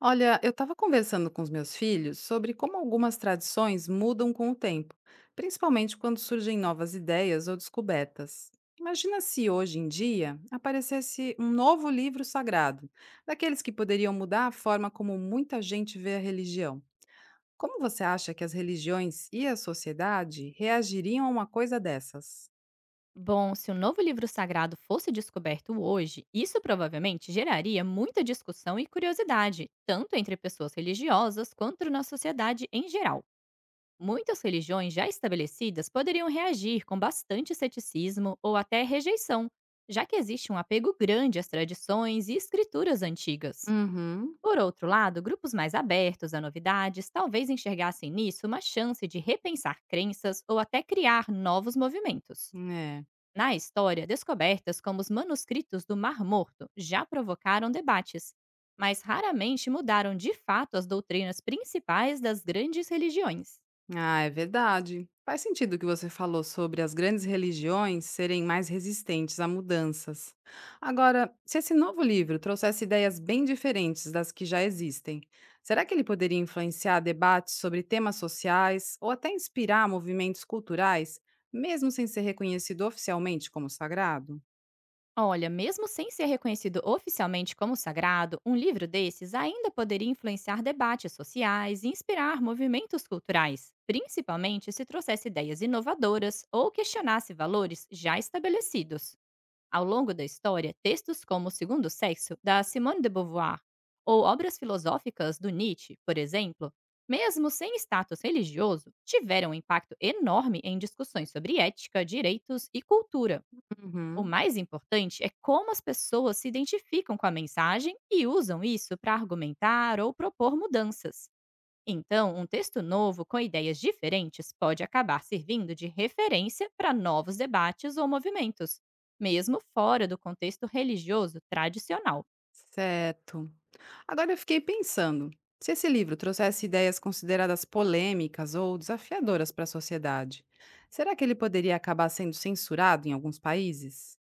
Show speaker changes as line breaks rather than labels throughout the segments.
Olha, eu estava conversando com os meus filhos sobre como algumas tradições mudam com o tempo, principalmente quando surgem novas ideias ou descobertas. Imagina se hoje em dia aparecesse um novo livro sagrado, daqueles que poderiam mudar a forma como muita gente vê a religião. Como você acha que as religiões e a sociedade reagiriam a uma coisa dessas?
Bom, se um novo livro sagrado fosse descoberto hoje, isso provavelmente geraria muita discussão e curiosidade, tanto entre pessoas religiosas quanto na sociedade em geral. Muitas religiões já estabelecidas poderiam reagir com bastante ceticismo ou até rejeição, já que existe um apego grande às tradições e escrituras antigas.
Uhum.
Por outro lado, grupos mais abertos a novidades talvez enxergassem nisso uma chance de repensar crenças ou até criar novos movimentos. Na história, descobertas como os manuscritos do Mar Morto já provocaram debates, mas raramente mudaram de fato as doutrinas principais das grandes religiões.
Ah, é verdade. Faz sentido o que você falou sobre as grandes religiões serem mais resistentes a mudanças. Agora, se esse novo livro trouxesse ideias bem diferentes das que já existem, será que ele poderia influenciar debates sobre temas sociais ou até inspirar movimentos culturais, mesmo sem ser reconhecido oficialmente como sagrado?
Olha, mesmo sem ser reconhecido oficialmente como sagrado, um livro desses ainda poderia influenciar debates sociais e inspirar movimentos culturais, principalmente se trouxesse ideias inovadoras ou questionasse valores já estabelecidos. Ao longo da história, textos como O Segundo Sexo, da Simone de Beauvoir, ou obras filosóficas do Nietzsche, por exemplo, mesmo sem status religioso, tiveram um impacto enorme em discussões sobre ética, direitos e cultura. O
Uhum,
mais importante é como as pessoas se identificam com a mensagem e usam isso para argumentar ou propor mudanças. Então, um texto novo com ideias diferentes pode acabar servindo de referência para novos debates ou movimentos, mesmo fora do contexto religioso tradicional.
certo. Agora eu fiquei pensando, se esse livro trouxesse ideias consideradas polêmicas ou desafiadoras para a sociedade, será que ele poderia acabar sendo censurado em alguns países?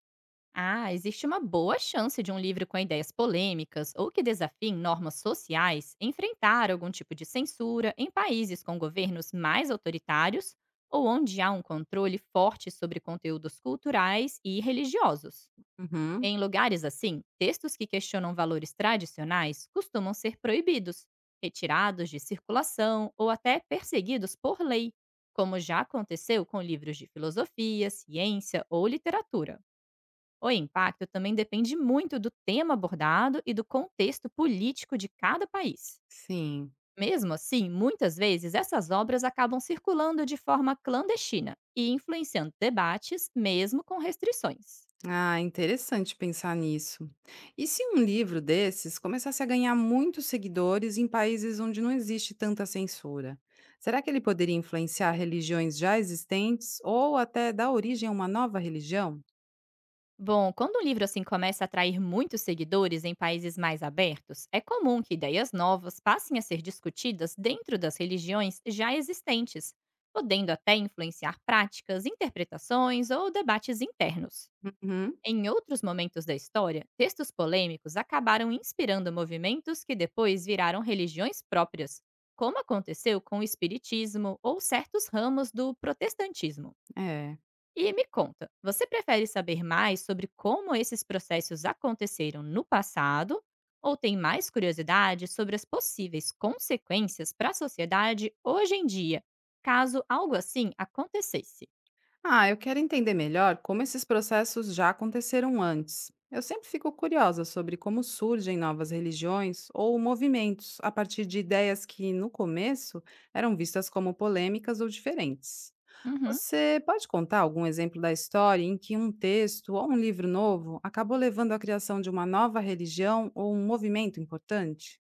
Ah, existe uma boa chance de um livro com ideias polêmicas ou que desafiem normas sociais enfrentar algum tipo de censura em países com governos mais autoritários ou onde há um controle forte sobre conteúdos culturais e religiosos.
Uhum,
Em lugares assim, textos que questionam valores tradicionais costumam ser proibidos, retirados de circulação ou até perseguidos por lei, como já aconteceu com livros de filosofia, ciência ou literatura. O impacto também depende muito do tema abordado e do contexto político de cada país.
sim.
Mesmo assim, muitas vezes essas obras acabam circulando de forma clandestina e influenciando debates, mesmo com restrições.
Ah, interessante pensar nisso. E se um livro desses começasse a ganhar muitos seguidores em países onde não existe tanta censura? Será que ele poderia influenciar religiões já existentes ou até dar origem a uma nova religião?
Bom, quando um livro assim começa a atrair muitos seguidores em países mais abertos, é comum que ideias novas passem a ser discutidas dentro das religiões já existentes, podendo até influenciar práticas, interpretações ou debates internos.
Uhum,
Em outros momentos da história, textos polêmicos acabaram inspirando movimentos que depois viraram religiões próprias, como aconteceu com o Espiritismo ou certos ramos do protestantismo.
é.
E me conta, você prefere saber mais sobre como esses processos aconteceram no passado ou tem mais curiosidade sobre as possíveis consequências para a sociedade hoje em dia, caso algo assim acontecesse?
Ah, eu quero entender melhor como esses processos já aconteceram antes. Eu sempre fico curiosa sobre como surgem novas religiões ou movimentos a partir de ideias que, no começo, eram vistas como polêmicas ou diferentes.
Uhum.
Você pode contar algum exemplo da história em que um texto ou um livro novo acabou levando à criação de uma nova religião ou um movimento importante?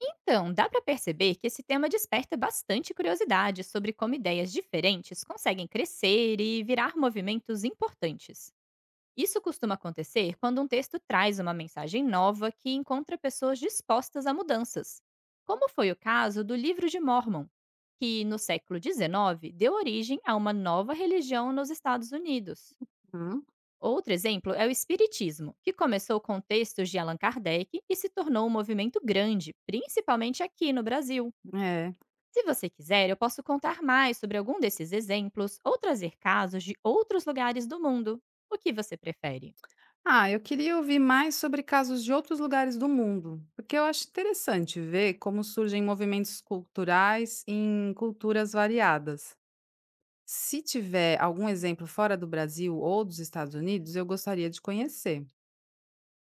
Então, dá para perceber que esse tema desperta bastante curiosidade sobre como ideias diferentes conseguem crescer e virar movimentos importantes. Isso costuma acontecer quando um texto traz uma mensagem nova que encontra pessoas dispostas a mudanças, como foi o caso do Livro de Mormon, que no século XIX deu origem a uma nova religião nos Estados Unidos.
Hum?
Outro exemplo é o Espiritismo, que começou com textos de Allan Kardec e se tornou um movimento grande, principalmente aqui no Brasil.
É.
Se você quiser, eu posso contar mais sobre algum desses exemplos ou trazer casos de outros lugares do mundo. O que você prefere?
Ah, eu queria ouvir mais sobre casos de outros lugares do mundo, porque eu acho interessante ver como surgem movimentos culturais em culturas variadas. Se tiver algum exemplo fora do Brasil ou dos Estados Unidos, eu gostaria de conhecer.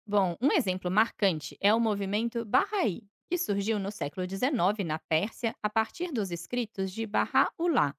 Bom, um exemplo marcante é o movimento Bahá'í, que surgiu no século XIX na Pérsia a partir dos escritos de Bahá'u'lláh.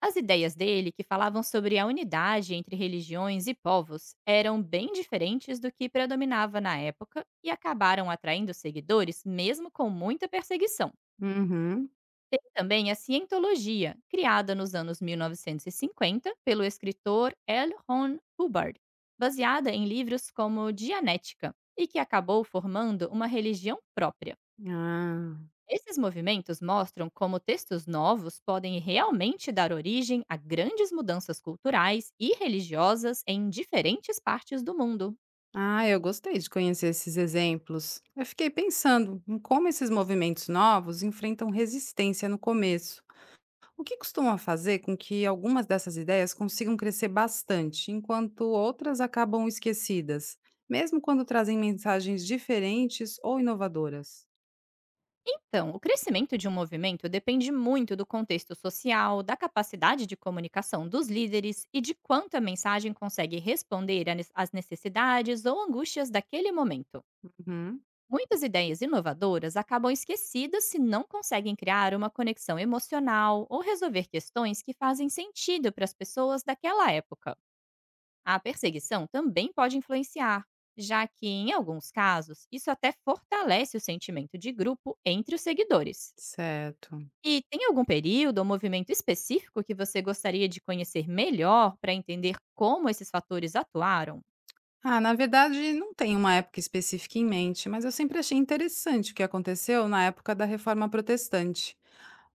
As ideias dele, que falavam sobre a unidade entre religiões e povos, eram bem diferentes do que predominava na época e acabaram atraindo seguidores mesmo com muita perseguição.
Uhum.
Tem também a cientologia, criada nos anos 1950 pelo escritor L. Ron Hubbard, baseada em livros como Dianética, e que acabou formando uma religião própria.
Ah.
Esses movimentos mostram como textos novos podem realmente dar origem a grandes mudanças culturais e religiosas em diferentes partes do mundo.
Ah, eu gostei de conhecer esses exemplos. Eu fiquei pensando em como esses movimentos novos enfrentam resistência no começo. O que costuma fazer com que algumas dessas ideias consigam crescer bastante, enquanto outras acabam esquecidas, mesmo quando trazem mensagens diferentes ou inovadoras?
Então, o crescimento de um movimento depende muito do contexto social, da capacidade de comunicação dos líderes e de quanto a mensagem consegue responder a às necessidades ou angústias daquele momento.
Uhum,
Muitas ideias inovadoras acabam esquecidas se não conseguem criar uma conexão emocional ou resolver questões que fazem sentido para as pessoas daquela época. A perseguição também pode influenciar, já que, em alguns casos, isso até fortalece o sentimento de grupo entre os seguidores.
certo.
E tem algum período ou movimento específico que você gostaria de conhecer melhor para entender como esses fatores atuaram?
Ah, na verdade, não tem uma época específica em mente, mas eu sempre achei interessante o que aconteceu na época da Reforma Protestante.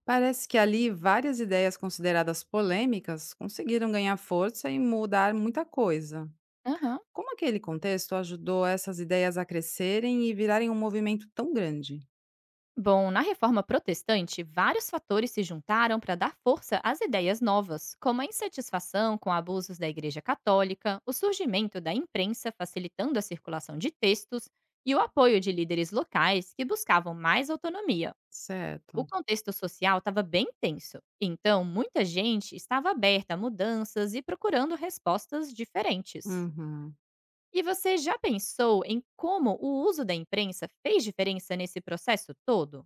Parece que ali várias ideias consideradas polêmicas conseguiram ganhar força e mudar muita coisa.
Aham.
Como aquele contexto ajudou essas ideias a crescerem e virarem um movimento tão grande?
Bom, na reforma protestante, vários fatores se juntaram para dar força às ideias novas, como a insatisfação com abusos da Igreja Católica, o surgimento da imprensa facilitando a circulação de textos e o apoio de líderes locais que buscavam mais autonomia.
Certo.
O contexto social estava bem tenso, então muita gente estava aberta a mudanças e procurando respostas diferentes.
Uhum.
E você já pensou em como o uso da imprensa fez diferença nesse processo todo?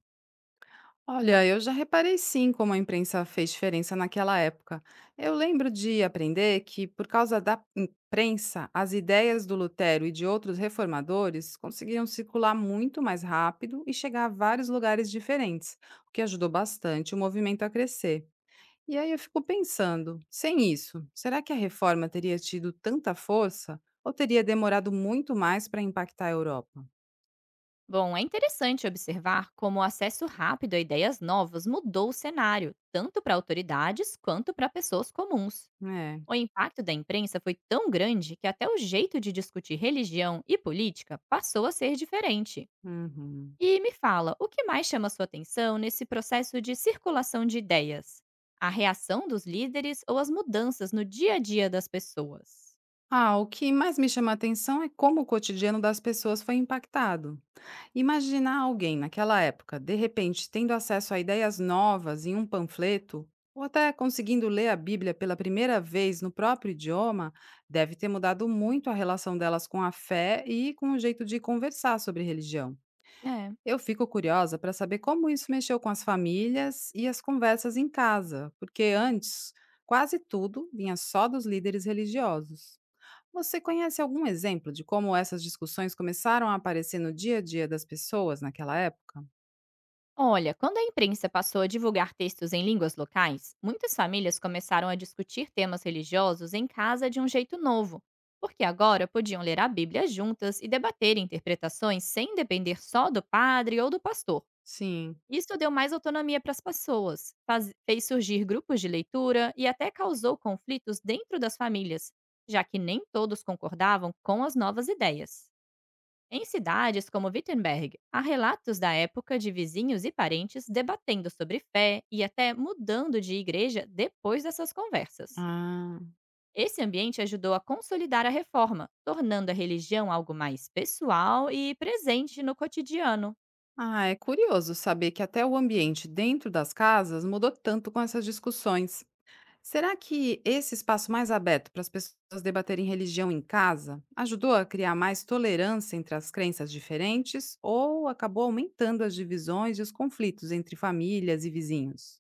Olha, eu já reparei sim como a imprensa fez diferença naquela época. Eu lembro de aprender que, por causa da imprensa, as ideias do Lutero e de outros reformadores conseguiam circular muito mais rápido e chegar a vários lugares diferentes, o que ajudou bastante o movimento a crescer. E aí eu fico pensando, sem isso, será que a reforma teria tido tanta força ou teria demorado muito mais para impactar a Europa?
Bom, é interessante observar como o acesso rápido a ideias novas mudou o cenário, tanto para autoridades quanto para pessoas comuns.
É.
O impacto da imprensa foi tão grande que até o jeito de discutir religião e política passou a ser diferente.
Uhum.
E me fala, o que mais chama sua atenção nesse processo de circulação de ideias? A reação dos líderes ou as mudanças no dia a dia das pessoas?
Ah, o que mais me chama a atenção é como o cotidiano das pessoas foi impactado. Imaginar alguém naquela época, de repente, tendo acesso a ideias novas em um panfleto, ou até conseguindo ler a Bíblia pela primeira vez no próprio idioma, deve ter mudado muito a relação delas com a fé e com o jeito de conversar sobre religião.
É.
Eu fico curiosa para saber como isso mexeu com as famílias e as conversas em casa, porque antes quase tudo vinha só dos líderes religiosos. Você conhece algum exemplo de como essas discussões começaram a aparecer no dia a dia das pessoas naquela época?
Olha, quando a imprensa passou a divulgar textos em línguas locais, muitas famílias começaram a discutir temas religiosos em casa de um jeito novo, porque agora podiam ler a Bíblia juntas e debater interpretações sem depender só do padre ou do pastor.
Sim.
Isso deu mais autonomia para as pessoas, fez surgir grupos de leitura e até causou conflitos dentro das famílias, já que nem todos concordavam com as novas ideias. Em cidades como Wittenberg, há relatos da época de vizinhos e parentes debatendo sobre fé e até mudando de igreja depois dessas conversas.
Ah.
Esse ambiente ajudou a consolidar a reforma, tornando a religião algo mais pessoal e presente no cotidiano.
Ah, é curioso saber que até o ambiente dentro das casas mudou tanto com essas discussões. Será que esse espaço mais aberto para as pessoas debaterem religião em casa ajudou a criar mais tolerância entre as crenças diferentes ou acabou aumentando as divisões e os conflitos entre famílias e vizinhos?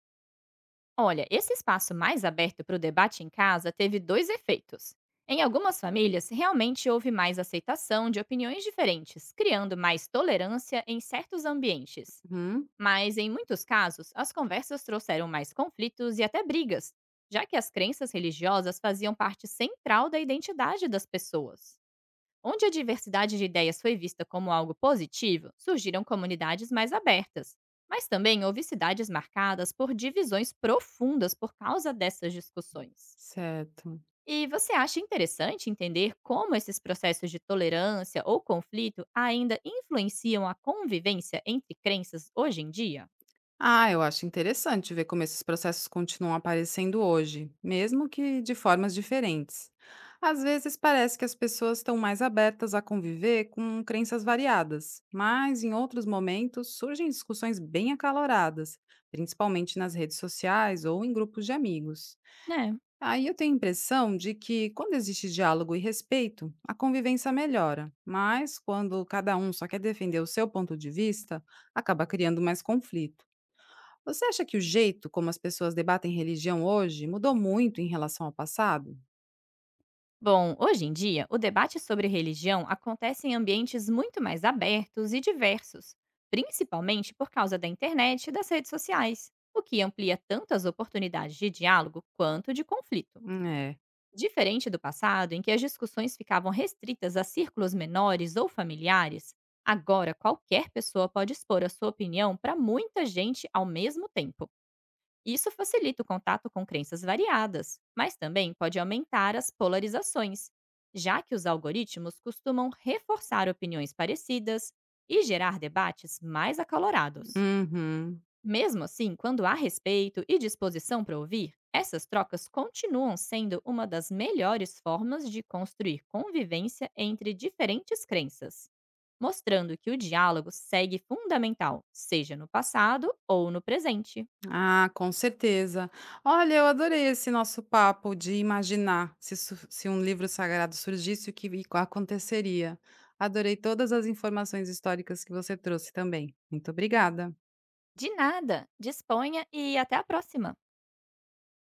Olha, esse espaço mais aberto para o debate em casa teve dois efeitos. Em algumas famílias, realmente houve mais aceitação de opiniões diferentes, criando mais tolerância em certos ambientes.
Uhum,
Mas, em muitos casos, as conversas trouxeram mais conflitos e até brigas, já que as crenças religiosas faziam parte central da identidade das pessoas. Onde a diversidade de ideias foi vista como algo positivo, surgiram comunidades mais abertas. Mas também houve cidades marcadas por divisões profundas por causa dessas discussões.
certo.
E você acha interessante entender como esses processos de tolerância ou conflito ainda influenciam a convivência entre crenças hoje em dia?
Ah, eu acho interessante ver como esses processos continuam aparecendo hoje, mesmo que de formas diferentes. Às vezes parece que as pessoas estão mais abertas a conviver com crenças variadas, mas em outros momentos surgem discussões bem acaloradas, principalmente nas redes sociais ou em grupos de amigos.
Né?
Aí eu tenho a impressão de que quando existe diálogo e respeito, a convivência melhora, mas quando cada um só quer defender o seu ponto de vista, acaba criando mais conflito. Você acha que o jeito como as pessoas debatem religião hoje mudou muito em relação ao passado?
Bom, hoje em dia, o debate sobre religião acontece em ambientes muito mais abertos e diversos, principalmente por causa da internet e das redes sociais, o que amplia tanto as oportunidades de diálogo quanto de conflito.
É.
Diferente do passado, em que as discussões ficavam restritas a círculos menores ou familiares, agora qualquer pessoa pode expor a sua opinião para muita gente ao mesmo tempo. Isso facilita o contato com crenças variadas, mas também pode aumentar as polarizações, já que os algoritmos costumam reforçar opiniões parecidas e gerar debates mais acalorados.
Uhum.
Mesmo assim, quando há respeito e disposição para ouvir, essas trocas continuam sendo uma das melhores formas de construir convivência entre diferentes crenças, mostrando que o diálogo segue fundamental, seja no passado ou no presente.
Ah, com certeza. Olha, eu adorei esse nosso papo de imaginar se, se um livro sagrado surgisse, o que aconteceria. Adorei todas as informações históricas que você trouxe também. Muito obrigada.
De nada. Disponha e até a próxima.